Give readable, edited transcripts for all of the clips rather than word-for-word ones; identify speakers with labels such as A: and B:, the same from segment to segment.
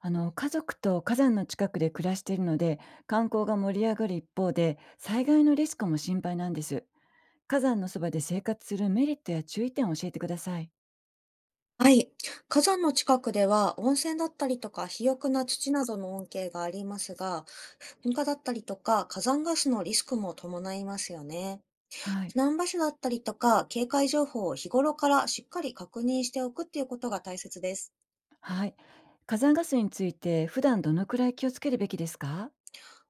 A: あの、家族と火山の近くで暮らしているので、観光が盛り上がる一方で災害のリスクも心配なんです。火山のそばで生活するメリットや注意点を教えてください。
B: はい。火山の近くでは、温泉だったりとか肥沃な土などの恩恵がありますが、噴火だったりとか火山ガスのリスクも伴いますよね。
A: はい。
B: 避難場所だったりとか警戒情報を、日頃からしっかり確認しておくっていうことが大切です。
A: はい。火山ガスについて普段どのくらい気をつけるべきですか？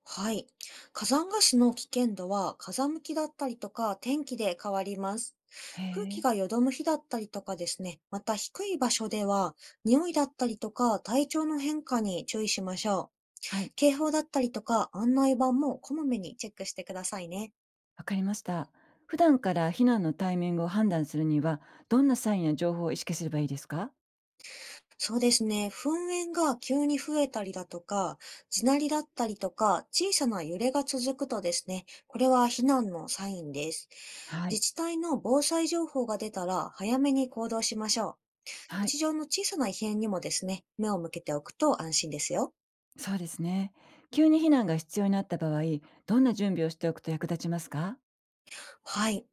B: はい。火山ガスの危険度は、風向きだったりとか天気で変わります。
A: へ
B: 空気
A: え。
B: が淀む日だったりとかですね。また低い場所では、匂いだったりとか体調の変化に注意しましょう。
A: はい、
B: 警報だったりとか案内板も、こまめにチェックしてくださいね。
A: わかりました。普段から避難のタイミングを判断するには、どんなサインや情報を意識すればいいですか？
B: そうですね。噴煙が急に増えたりだとか、地鳴りだったりとか、小さな揺れが続くとですね、これは避難のサインです。
A: はい。
B: 自治体の防災情報が出たら、早めに行動しましょう。
A: はい、
B: 日常の小さな異変にもですね、目を向けておくと安心ですよ。
A: そうですね。急に避難が必要になった場合、どんな準備をしておくと役立ちますか？
B: はい。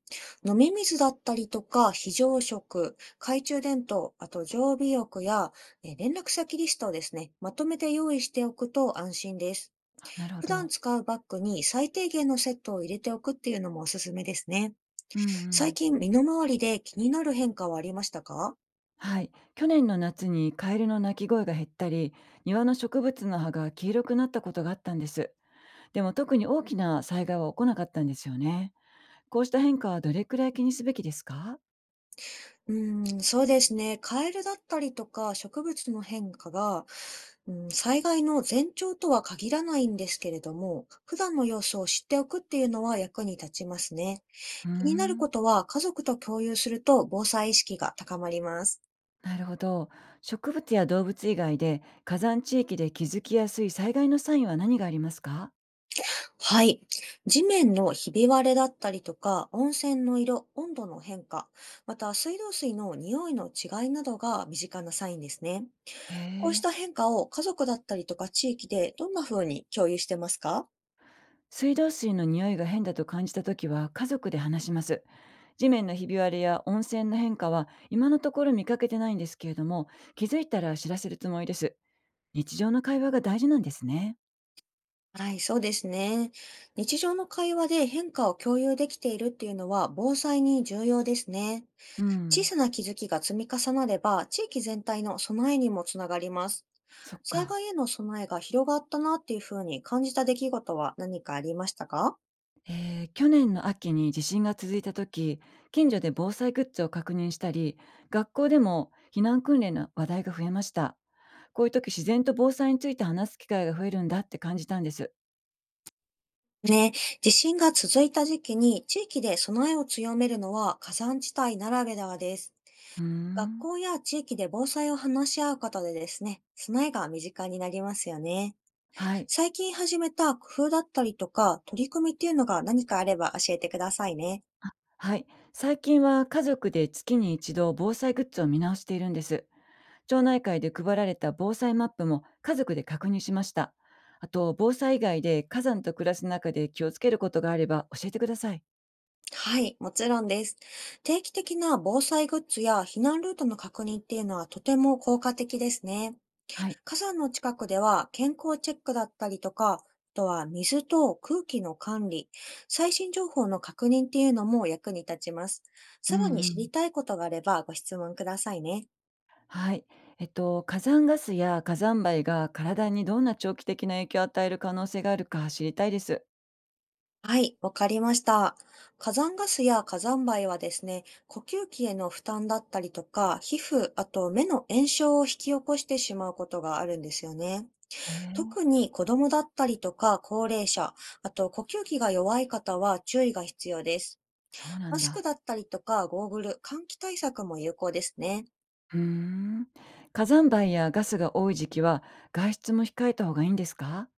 B: 飲み水だったりとか、非常食、懐中電灯、あと常備薬や、連絡先リストをですね、まとめて用意しておくと安心です。
A: あ、なるほ
B: 普段
A: ど。
B: 使うバッグに最低限のセットを入れておくっていうのもおすすめですね。
A: うんう
B: 最
A: ん。
B: 近、身の回りで気になる変化はありましたか？
A: はい。去年の夏にカエルの鳴き声が減ったり、庭の植物の葉が黄色くなったことがあったんです。でも特に大きな災害は起こなかったんですよね。こうした変化はどれくらい気にすべきですか？
B: うーん、そうですね。カエルだったりとか植物の変化が、うん、災害の前兆とは限らないんですけれども、普段の様子を知っておくっていうのは役に立ちますね。
A: うー
B: 気になる
A: ん。
B: ことは家族と共有すると、防災意識が高まります。
A: なるほど。植物や動物以外で火山地域で気づきやすい災害のサインは何がありますか？
B: はい。地面のひび割れだったりとか、温泉の色、温度の変化、また水道水の匂いの違いなどが、身近なサインですね。
A: へ
B: こうし
A: え。
B: た変化を、家族だったりとか地域でどんな風に共有してますか？
A: 水道水の匂いが変だと感じたときは家族で話します。地面のひび割れや温泉の変化は今のところ見かけてないんですけれども、気づいたら知らせるつもりです。日常の会話が大事なんですね。
B: はい、そうですね。日常の会話で変化を共有できているっていうのは、防災に重要ですね。
A: う
B: 小
A: ん、
B: さな気づきが積み重なれば、地域全体の備えにもつながります。
A: そっ
B: 災
A: か。
B: 害への備えが広がったなっていう風に感じた出来事は、何かありましたか？
A: 去年の秋に地震が続いた時、近所で防災グッズを確認したり、学校でも避難訓練の話題が増えました。こういう時自然と防災について話す機会が増えるんだって感じたんです。
B: ね、地震が続いた時期に地域で備えを強めるのは、火山地帯ならではです。
A: うー
B: 学
A: ん。
B: 校や地域で防災を話し合うことでですね、備えが身近になりますよね。
A: はい。
B: 最近始めた工夫だったりとか、取り組みっていうのが何かあれば教えてくださいね。
A: はい。最近は家族で月に一度防災グッズを見直しているんです。町内会で配られた防災マップも家族で確認しました。あと、防災以外で火山と暮らす中で気をつけることがあれば教えてください。
B: はい、もちろんです。定期的な防災グッズや避難ルートの確認っていうのは、とても効果的ですね。
A: はい。
B: 火山の近くでは、健康チェックだったりとか、あとは水と空気の管理、最新情報の確認っていうのも役に立ちます。
A: う
B: さら
A: ん
B: に
A: う
B: 知
A: ん。
B: りたいことがあれば、ご質問くださいね。
A: はい。えっと、火山ガスや火山灰が体にどんな長期的な影響を与える可能性があるか知りたいです。
B: はい、わかりました。火山ガスや火山灰はですね、呼吸器への負担だったりとか、皮膚、あと目の炎症を引き起こしてしまうことがあるんですよね。
A: へえ、
B: 特に子供だったりとか高齢者、あと呼吸器が弱い方は注意が必要です。
A: そうなん
B: マスク
A: だ。
B: だったりとか、ゴーグル、換気対策も有効ですね。
A: うーん。火山灰やガスが多い時期は、外出も控えた方がいいんですか？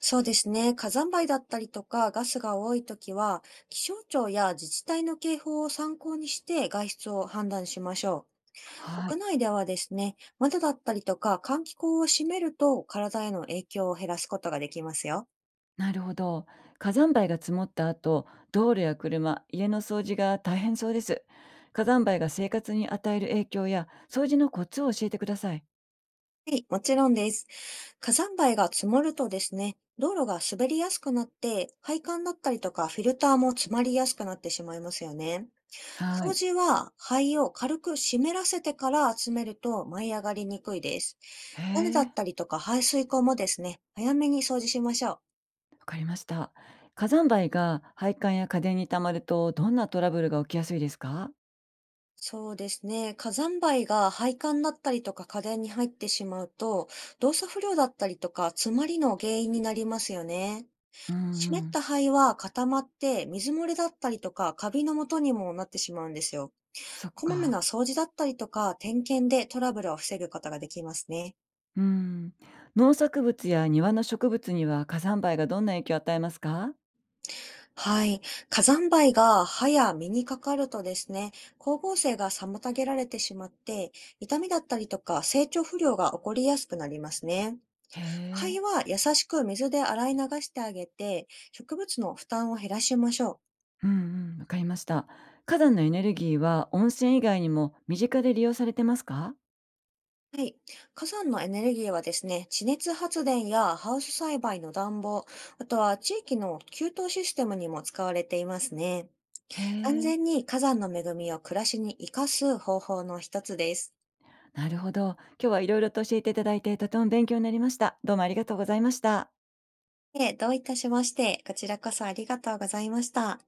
B: そうですね。火山灰だったりとか、ガスが多いときは、気象庁や自治体の警報を参考にして外出を判断しましょう。
A: は
B: 屋
A: い。
B: 内ではですね、窓だったりとか、換気口を閉めると、体への影響を減らすことができますよ。
A: なるほど。火山灰が積もった後、道路や車、家の掃除が大変そうです。火山灰が生活に与える影響や掃除のコツを教えてください。
B: はい、もちろんです。火山灰が積もるとですね、道路が滑りやすくなって、配管だったりとか、フィルターも詰まりやすくなってしまいますよね。
A: は
B: 掃
A: い。
B: 除は灰を軽く湿らせてから集めると、舞い上がりにくいです。
A: へ
B: 屋根だ
A: え、
B: ったりとか排水溝もですね、早めに掃除しましょう。
A: わかりました。火山灰が配管や家電に溜まるとどんなトラブルが起きやすいですか？
B: そうですね。火山灰が配管だったりとか家電に入ってしまうと、動作不良だったりとか詰まりの原因になりますよね。
A: うんう
B: 湿っ
A: ん。
B: た灰は固まって、水漏れだったりとかカビの元にもなってしまうんですよ。
A: そっ
B: こまめな
A: か。
B: 掃除だったりとか点検で、トラブルを防ぐことができますね。
A: うん。農作物や庭の植物には火山灰がどんな影響を与えますか？
B: はい。火山灰が歯や身にかかるとですね、光合成が妨げられてしまって、痛みだったりとか成長不良が起こりやすくなりますね。
A: へ
B: 灰
A: え。
B: は優しく水で洗い流してあげて、植物の負担を減らしましょ
A: うんうん、わかりました。火山のエネルギーは温泉以外にも身近で利用されてますか？
B: う。はい。火山のエネルギーはですね、地熱発電やハウス栽培の暖房、あとは地域の給湯システムにも使われていますね。
A: へ
B: 安
A: え、
B: 全に火山の恵みを暮らしに生かす方法の一つです。
A: なるほど。今日はいろいろと教えていただいてとても勉強になりました。どうもありがとうございました。
B: どういたしまして。こちらこそありがとうございました。